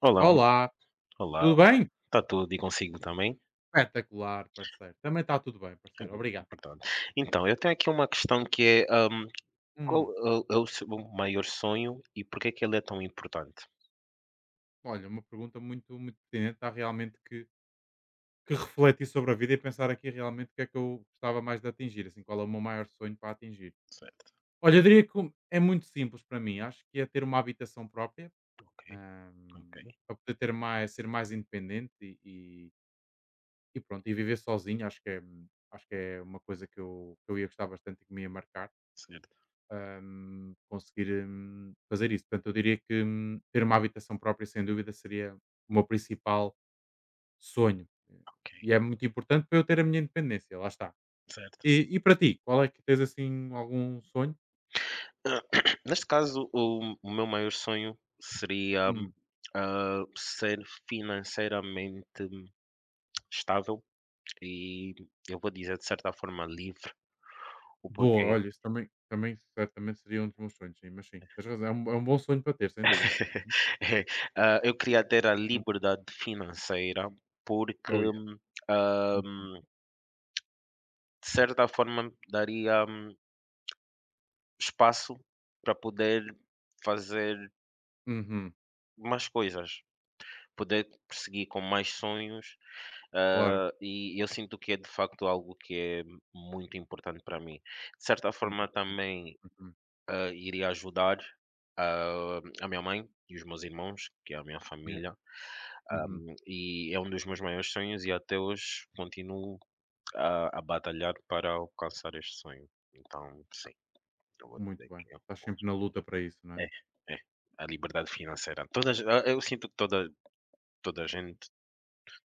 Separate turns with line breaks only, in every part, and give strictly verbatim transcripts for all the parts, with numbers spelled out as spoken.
Olá, muito
Olá,
olá,
tudo
olá.
bem?
Está tudo e consigo também?
Espetacular, parceiro. Também está tudo bem,
É
parceiro. Obrigado.
importante. Então, eu tenho aqui uma questão que é, hum,
Hum,
qual é o é o seu maior sonho e por que é que ele é tão importante?
Olha, uma pergunta muito, muito pertinente. Está realmente que, que refletir sobre a vida e pensar aqui realmente o que é que eu gostava mais de atingir, assim, qual é o meu maior sonho para atingir.
Certo,
Olha, eu diria que um- é muito simples para mim. Acho que é ter uma habitação própria,
ok, ok,
hum, para poder ter mais, ser mais independente e, e- e pronto, e viver sozinho. Acho que é, acho que é uma coisa que eu, que eu ia gostar bastante e que me ia marcar.
certo,
Hum, conseguir hum, fazer isso. Portanto, eu diria que hum, ter uma habitação própria, sem dúvida, seria o meu principal sonho.
ok,
E é muito importante para eu ter a minha independência, lá está.
certo.
E, e para ti, qual é que tens assim algum sonho?
Ah, neste caso, o o meu maior sonho seria,
Hum,
hum, ah, ser financeiramente hum, estável e eu vou dizer de certa forma livre, o
Boa,
porquê.
olha, isso também, também certamente seria um dos meus sonhos, sim, mas sim, tens razão, é um, é um bom sonho para ter, sem dúvida. Uhum.
Ah, eu queria ter a
Hum.
liberdade financeira, porque,
Oh, yeah.
ah,
Uhum.
de certa forma, daria hum, espaço para poder fazer
Uhum.
mais coisas, poder prosseguir com mais sonhos,
Claro,
ah, e eu sinto que é de facto algo que é muito importante para mim. De certa
muito
forma,
importante.
também,
Uhum.
ah, iria ajudar, ah, a minha mãe e os meus irmãos, que é a minha
Yeah.
família.
Uhum.
Um, e é um dos meus maiores sonhos e até hoje continuo a, a batalhar para alcançar este sonho. Então, sim, eu vou
Muito
dizer
bem.
que é,
Estás
um-
sempre na luta para isso, não é?
é é, a liberdade financeira. Todas, ah, eu sinto que toda, toda a gente,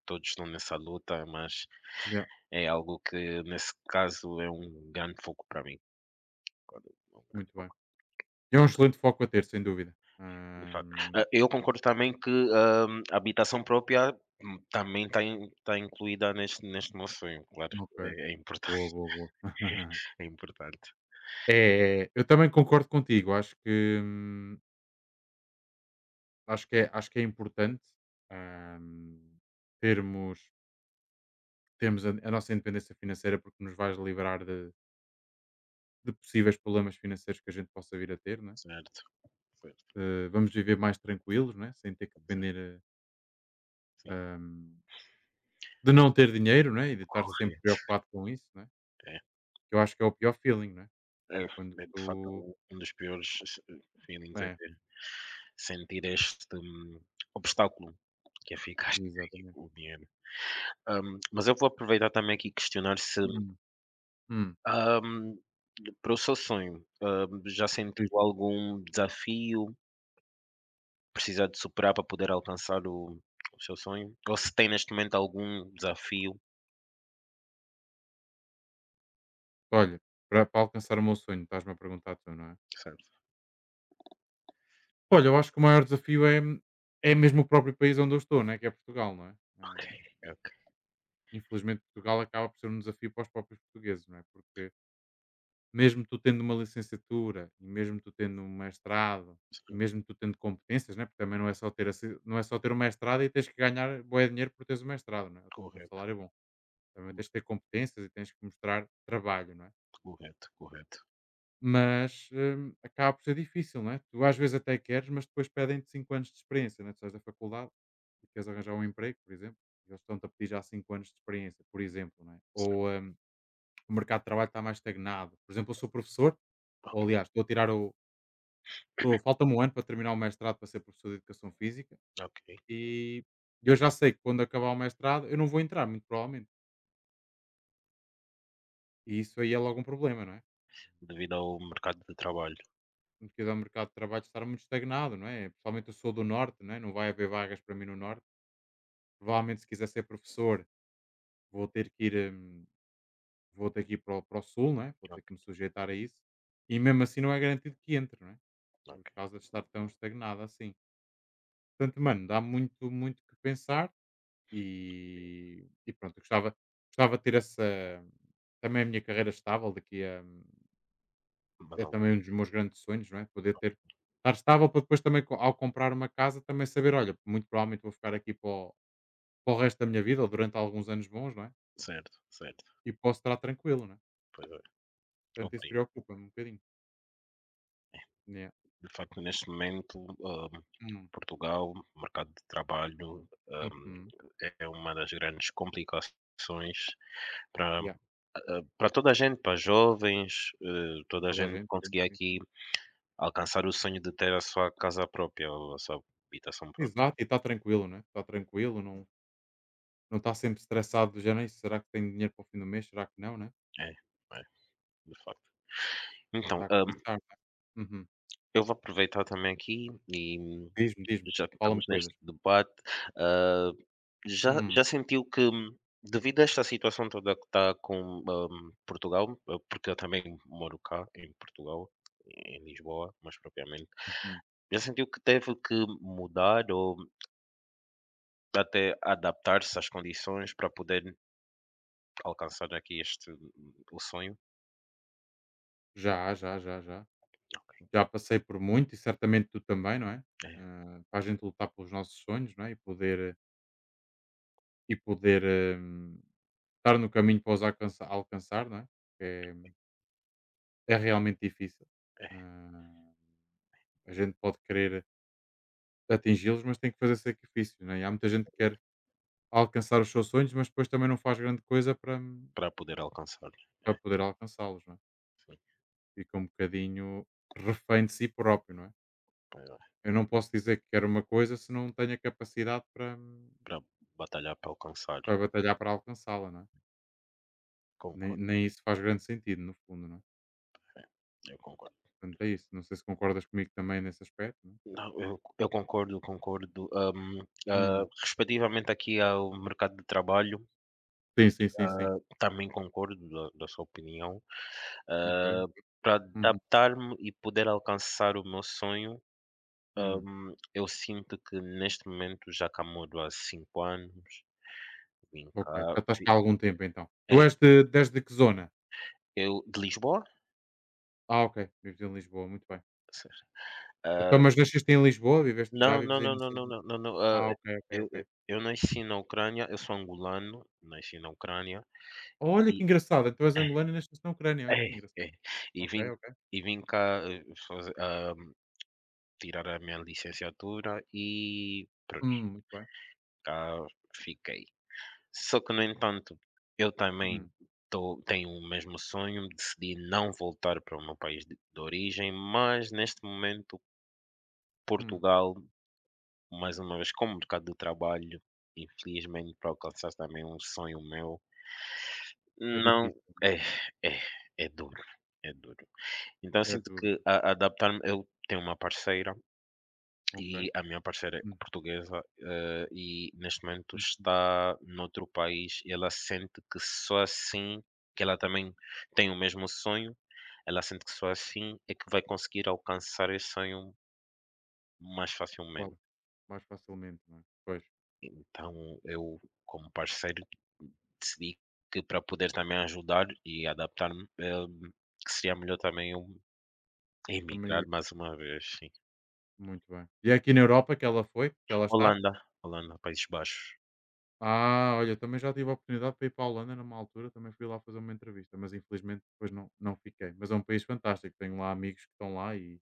todos estão nessa luta, mas
Yeah.
é algo que, nesse caso, é um grande foco para mim. Quando- é um
Muito
grande
bem.
foco.
É um excelente foco a ter, sem dúvida.
De facto.
Hum.
Ah, eu concordo também que ah, a habitação própria hum, também está incluída neste, neste meu sonho, claro,
Ok.
é é
Boa,
importante.
boa, boa.
É importante,
É, eu também concordo contigo. Acho que, hum, acho que, é, acho que é importante, hum, termos, termos a, a nossa independência financeira, porque nos vai livrar de, de possíveis problemas financeiros que a gente possa vir a ter. Não é?
certo, certo,
Eh, vamos viver mais tranquilos, não é? Sem ter que
exato,
depender
sim,
eh, hum, de não ter dinheiro, não é? E de estar sempre
correto,
preocupado com isso. Não é?
é.
Que eu acho que é o pior feeling. Não é?
É
É quando
é de facto
tu.
um um dos piores se feelings, é
é,
sentir este hum, obstáculo que é ficar aqui
Exatamente.
com o dinheiro. Hum, mas eu vou aproveitar também aqui e questionar se,
Hum, hum,
hum, para o seu sonho, hum, já sentiu
Diz-me.
algum desafio, precisar de superar para poder alcançar o o seu sonho? Ou se tem neste momento algum desafio?
Olha, para para alcançar o meu sonho, estás-me a perguntar tu, não é?
Certo,
Olha, eu acho que o maior desafio é, é mesmo o próprio país onde eu estou, né? Que é Portugal, não é?
ok,
Ah,
ok,
Infelizmente, Portugal acaba por ser um desafio para os próprios portugueses, não é? Porque mesmo tu tendo uma licenciatura, e mesmo tu tendo um mestrado, e
certo,
mesmo tu tendo competências, né? Porque também não é só ter, assim- não é só ter um mestrado e tens que ganhar bué dinheiro por teres o mestrado, não é? Um salário bom. Também tens que
correto.
ter competências e tens que mostrar trabalho, não é?
Correto, correto.
Mas, hum, acaba por ser difícil, não é? Tu às vezes até queres, mas depois pedem-te cinco anos de experiência, não é? Tu sais da faculdade e queres arranjar um emprego, por exemplo, e eles estão-te a pedir já cinco anos de experiência, por exemplo, não é? Ou, hum, o mercado de trabalho está mais estagnado. Por exemplo, eu sou professor, ou
Certo.
aliás, estou a tirar o estou falta-me um ano para terminar o mestrado para ser professor de educação física,
Ok.
e eu já sei que quando acabar o mestrado eu não vou entrar, muito provavelmente. E isso aí é logo um problema, não é?
Devido ao mercado de trabalho.
No que o mercado de trabalho estar muito estagnado, não é? Principalmente eu sou do Norte, não é? Não vai haver vagas para mim no Norte. Provavelmente, se quiser ser professor, vou ter que ir, hum, vou ter que ir para, o, para o Sul, não é? Vou ter
Ok,
que me sujeitar a isso. E mesmo assim não é garantido que entre, não é? Por
ok.
causa de estar tão estagnado assim. Portanto, mano, dá muito, muito que pensar e, e pronto, eu gostava, gostava de ter essa, também a minha carreira estável daqui a, hum,
Mas,
é
al-
também um dos meus grandes sonhos, não é? Poder ter, estar estável para depois também, co- ao comprar uma casa, também saber, olha, muito provavelmente vou ficar aqui para o, para o resto da minha vida, ou durante alguns anos bons, não é?
certo, certo.
E posso estar tranquilo, não é?
Pois é,
Portanto, isso
compreendo.
preocupa-me um bocadinho. Yeah.
De facto, neste momento, ahm,
Hum.
Portugal, o mercado de trabalho, ahm,
Uhum.
é uma das grandes complicações para,
Yeah.
ah, para toda a gente, para jovens, eh, toda a
Toda a
gente
gente. Sim,
conseguir
sim, sim.
aqui alcançar o sonho de ter a sua casa própria, ou a sua habitação própria.
Exato, e está tranquilo, não é? Está tranquilo, não, não está sempre estressado do género: "Ih, será que tenho dinheiro para o fim do mês? Será que não?", né?
É, é, de facto. Então,
Dá que
hum,
pensar, não é? Uhum.
eu vou aproveitar também aqui e
Diz-me, diz-me,
já que
fala-me
estamos
coisas.
neste debate, ah, já,
Hum.
já sentiu que, devido a esta situação toda que está com ah, Portugal, ah, porque eu também moro cá, em Portugal, em Lisboa, mais propriamente,
Uhum.
já sentiu que teve que mudar ou até adaptar-se às condições para poder alcançar aqui este o sonho?
Já, já, já, já.
Ok,
Já passei por muito e certamente tu também, não é?
é,
Ah, para a gente lutar pelos nossos sonhos, não é? E poder, e poder hum, estar no caminho para os alcançar, alcançar, não é? Que é, é realmente difícil.
é,
Ah, a gente pode querer atingi-los, mas tem que fazer sacrifícios, não é? E há muita gente que quer alcançar os seus sonhos, mas depois também não faz grande coisa para,
para poder alcançar, é,
para poder alcançá-los, não é?
sim,
Fica um bocadinho refém de si próprio, não é?
para,
Eu não posso dizer que quero uma coisa se não tenho a capacidade para, hum,
para batalhar para alcançar,
vai batalhar para alcançá-la, não é? Nem
concordo.
nem isso faz grande sentido, no fundo, não é?
Eu concordo.
Portanto, é isso. Não sei se concordas comigo também nesse aspecto, não é?
Não, eu, eu concordo, concordo. Ahm, ah,
Hum.
respectivamente aqui ao mercado de trabalho,
Sim, sim, sim, sim.
ah, também concordo da, da sua opinião. Ah,
Ok.
para
Uhum.
adaptar-me e poder alcançar o meu sonho,
Hum.
ahm, eu sinto que neste momento, já cá moro há cinco anos, vim
Ok.
cá,
Já estás cá
vi-
há algum tempo, então. Tu
é,
és de, desde que zona?
eu de Lisboa?
Ah, ok. Vives em Lisboa, muito bem.
Certo.
Então,
Ah,
mas nasceste em Lisboa? Viveste, já
não,
vives
não,
aí
não, não,
nesse.
não, não, não, não, ah,
Ah, ok, ok,
eu, eu
ok.
eu nasci na Ucrânia, eu sou angolano, nasci na Ucrânia.
Olha que engraçado, então és angolano e nasceste na Ucrânia, olha
É,
que
é.
engraçado.
E
Ok,
vim
ok.
e vim cá, eh, faze ah, tirar a minha licenciatura e pronto,
Hum, muito bem.
cá fiquei. Só que, no entanto, eu também
Uhum.
tô tenho o mesmo sonho, decidi não voltar para o meu país de de origem, mas neste momento
Hum.
Portugal, mais uma vez, como mercado de trabalho, infelizmente para alcançar também um sonho meu,
É
não
difícil,
é, é, é duro, é duro. Então eu
é É
sinto
duro.
que a adaptar-me eu tenho uma parceira
Ok.
e a minha parceira é
Hum,
portuguesa, eh, e neste momento
hum. hum.
está noutro país e ela sente que só assim que ela também tem o mesmo sonho, ela sente que só assim é que vai conseguir alcançar esse sonho mais
Claro,
facilmente.
mais facilmente, não é? Pois,
Então eu, como parceiro, decidi que para poder também ajudar e adaptar-me, eh, que seria melhor também eu
também
emigrar
isso,
mais uma vez, sim.
muito bem. E é aqui na Europa que ela foi, que ela está?
Holanda, Holanda, Países Baixos.
Ah, olha, também já tive a oportunidade para ir para a Holanda numa altura, também fui lá fazer uma entrevista, mas infelizmente depois não, não fiquei. Mas é um país fantástico, tenho lá amigos que estão lá e,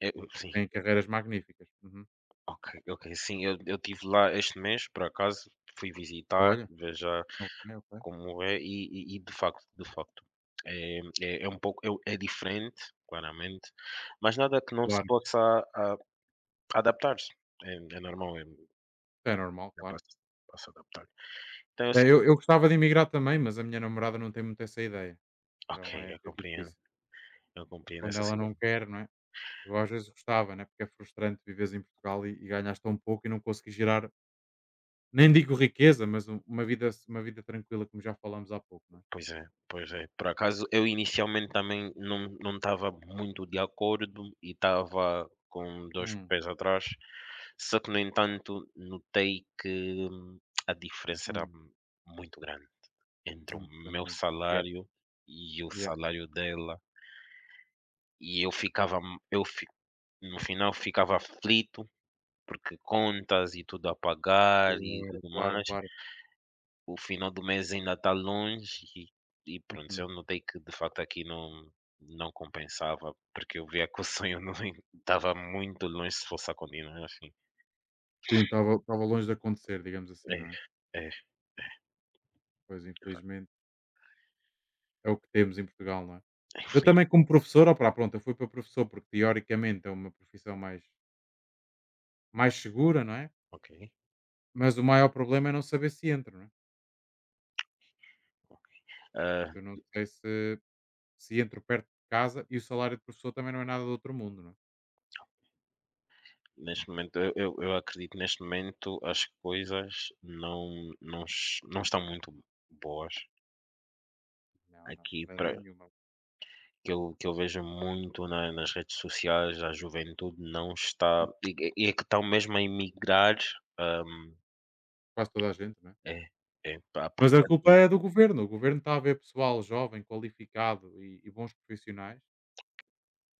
Eu
e
sim,
têm carreiras magníficas. Uhum.
ok, ok. Sim, eu eu estive lá este mês, por acaso, fui visitar,
Olha,
ver já
ok, ok.
como é e e e de facto de facto, é é é um pouco eu é diferente, claramente, mas nada que não se
Claro,
possa a adaptar. É é normal, é
é normal, claro.
capaz de se adaptar. Então
É,
assim:
eu, eu gostava de emigrar também, mas a minha namorada não tem muito essa ideia,
"Ok,
então é,
eu
é
compreendo,
difícil.
eu compreendo
Quando
essa
ela não quer, não é? Eu às vezes gostava, né? Porque é frustrante viveres em Portugal e, e ganhas tão pouco e não conseguires gerar, nem digo riqueza, mas um- uma vida, uma vida tranquila, como já falámos há pouco, não é?
pois é, pois é. Por acaso eu inicialmente também não não estava muito de acordo e estava com dois
Hum,
pés atrás, só que no entanto notei que hum, a diferença era
hum.
muito grande entre
É
o
muito grande
meu
mesmo. Yeah,
salário e o
yeah.
salário dela, e eu ficava eu fi no final ficava aflito, porque contas e tudo a pagar e
Claro,
tudo
claro,
mais.
claro.
O final do mês ainda está longe e, e pronto,
Uhum.
eu notei que de facto aqui não, não compensava, porque eu via que o sonho não estava muito longe se fosse a continuar assim.
Sim, estava longe de acontecer, digamos assim, não é?
É, é,
Pois, infelizmente, é o que temos em Portugal, não é? Eu
infeliz-
também, como professor, opá, pronto, eu fui para professor porque, teoricamente, é uma profissão mais, mais segura, não é?
ok.
Mas o maior problema é não saber se entra, não é?
Ok. Ah,
Eu não sei se se entro perto de casa, e o salário de professor também não é nada do outro mundo, não é?
neste momento, eu, eu, eu acredito que neste momento as coisas não, não, es- não estão muito boas
Não, não, de
aqui
maneira
para
nenhuma.
que eu, que eu vejo muito na- nas redes sociais, a juventude não está
Hum.
e, e é que estão mesmo a emigrar ah,
Quase toda a gente, não é?
é, é, pá,
Mas a
procura
culpa
de
é do governo. O governo está a ver pessoal jovem, qualificado e, e bons profissionais,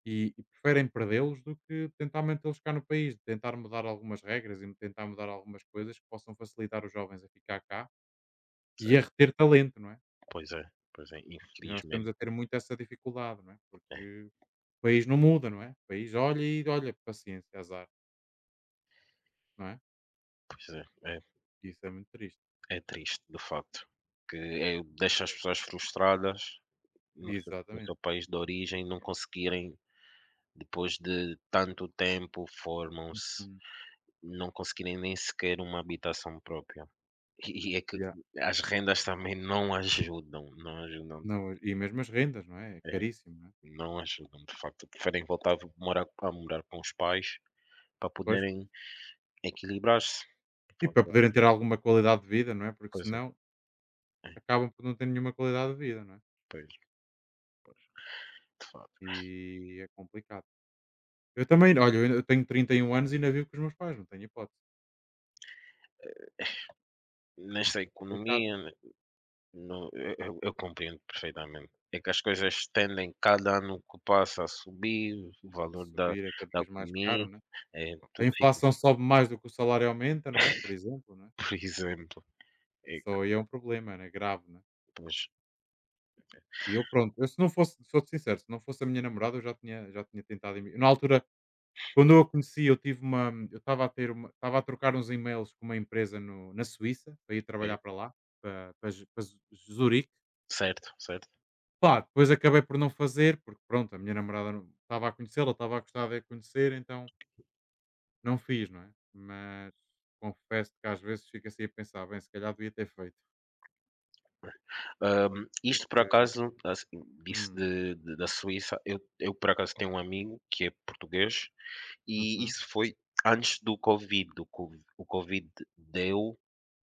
e, e preferem perdê-los do que tentar mantê-los cá no país, de tentar mudar algumas regras e tentar mudar algumas coisas que possam facilitar os jovens a ficar cá
se
e a reter talento, não é?
pois é, pois é,
E nós estamos
infelizmente
a ter muito essa dificuldade, não é?
é,
Porque o país não muda, não é? O país olha e olha, paciência, azar, não é?
pois é, é
Isso é muito triste.
é triste de facto, que é deixa as pessoas frustradas no seu no
Exatamente.
seu país de origem, não conseguirem depois de tanto tempo formam-se,
Uhum.
não conseguirem nem sequer uma habitação própria. E e é que
Yeah.
as rendas também não ajudam, não ajudam,
Não, e mesmo as rendas, não é? É
é,
caríssimo, não é?
não ajudam de facto, preferem voltar a morar a morar com os pais, para
Pois,
poderem equilibrar-se.
e
Pois
para
é,
poderem ter alguma qualidade de vida, não é? Porque
pois é,
senão
é,
acabam por não ter nenhuma qualidade de vida, não é?
pois, pois, de facto.
E é complicado. Eu também, olha, eu ainda- eu tenho trinta e um anos e ainda vivo com os meus pais, não tenho hipótese.
Nesta
É complicado.
economia, ne no eu eu eu compreendo perfeitamente. É que as coisas tendem, cada ano que passa, a subir, o
A
valor da
subir, é cada
da
vez mais
comi
caro, não é?
eh,
A
tudo fica
inflação sobe mais do que o salário aumenta, não é? Por exemplo, não é?
por exemplo, é que
Isso aí é um problema, né? Grave, não é?
pois,
E eu, pronto, eu se não fosse, sou sincero, se não fosse a minha namorada, eu já tinha, já tinha tentado. em Na altura quando eu a conheci, eu tive uma eu estava a ter uma estava a trocar uns e-mails com uma empresa no na Suíça, para ir
é,
trabalhar para lá, para para Zu para Zu Zurique.
certo, certo.
Pá, depois acabei por não fazer, porque pronto, a minha namorada, não estava a conhecê-la, estava a gostar de a conhecer, então não fiz, não é? Mas confesso que às vezes fico assim a pensar: "Bem, se calhar devia ter feito",
Hum, isto por
porque.
acaso, assim, disse
Hum.
de de da Suíça, eu eu por acaso tenho um amigo que é português, e
Uhum.
isso foi antes do Covid, do Covid o Covid deu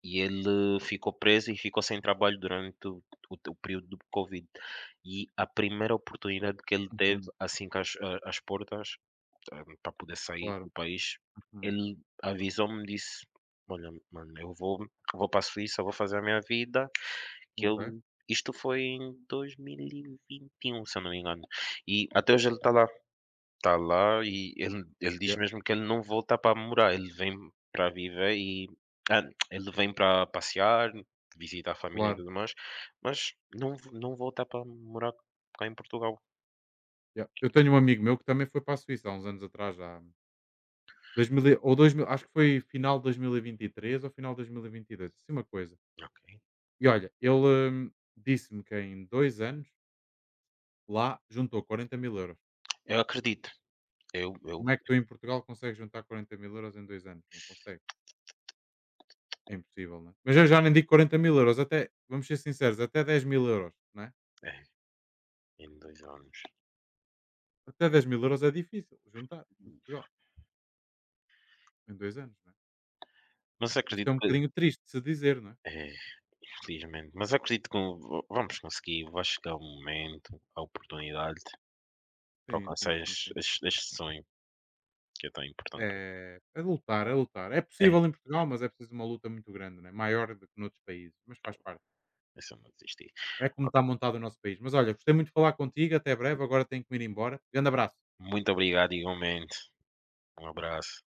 e ele ficou preso e ficou sem trabalho durante o o o período do Covid. E a primeira oportunidade que ele teve,
Uhum.
assim que as a as portas, eh, para poder sair
Claro.
do país,
Uhum.
ele avisou-me, disse: "Olha, mano, eu vou vou para a Suíça, vou fazer a minha vida", que eu
Ok.
isto foi em dois mil e vinte e um, se eu não me engano. E até hoje ele
É.
está lá. Está lá e ele ele diz
Yeah.
mesmo que ele não volta para morar, ele vem para viver e ah, ele vem para passear, visitar a família e
Claro.
tudo mais, mas não v não volta para morar cá em Portugal.
Yeah. Eu tenho um amigo meu que também foi para a Suíça há uns anos atrás já, 2000 e ou 2000, acho que foi final de dois mil e vinte e três ou final de dois mil e vinte e dois, assim uma coisa.
Ok.
E olha, ele, hum, disse-me que em dois anos, lá, juntou quarenta mil euros.
Eu acredito, eu
Como
eu
é que tu em Portugal consegues juntar quarenta mil euros em dois anos? Não consegue, é impossível, não é? Mas eu já nem digo quarenta mil euros, até vamos ser sinceros, até dez mil euros€, não é?
é, em dois anos.
Até dez mil euros é difícil juntar em Portugal, em dois anos, não é?
Mas
Isto é
acredito
um
que
bocadinho triste de se dizer, não é?
é, infelizmente, mas acredito que va vamos conseguir, vai chegar o momento, a oportunidade para
Sim, sim,
alcançar
sim,
este
sim.
este este sonho que é tão importante para
É. É lutar, é lutar. É
é,
possível em Portugal, mas é preciso uma luta muito grande, né? Maior do que noutros países, mas faz parte.
é só não desistir.
É como está montado o nosso país. Mas olha, gostei muito de falar contigo, até breve, agora tenho que me ir embora. Grande abraço.
Muito obrigado, igualmente. Um abraço.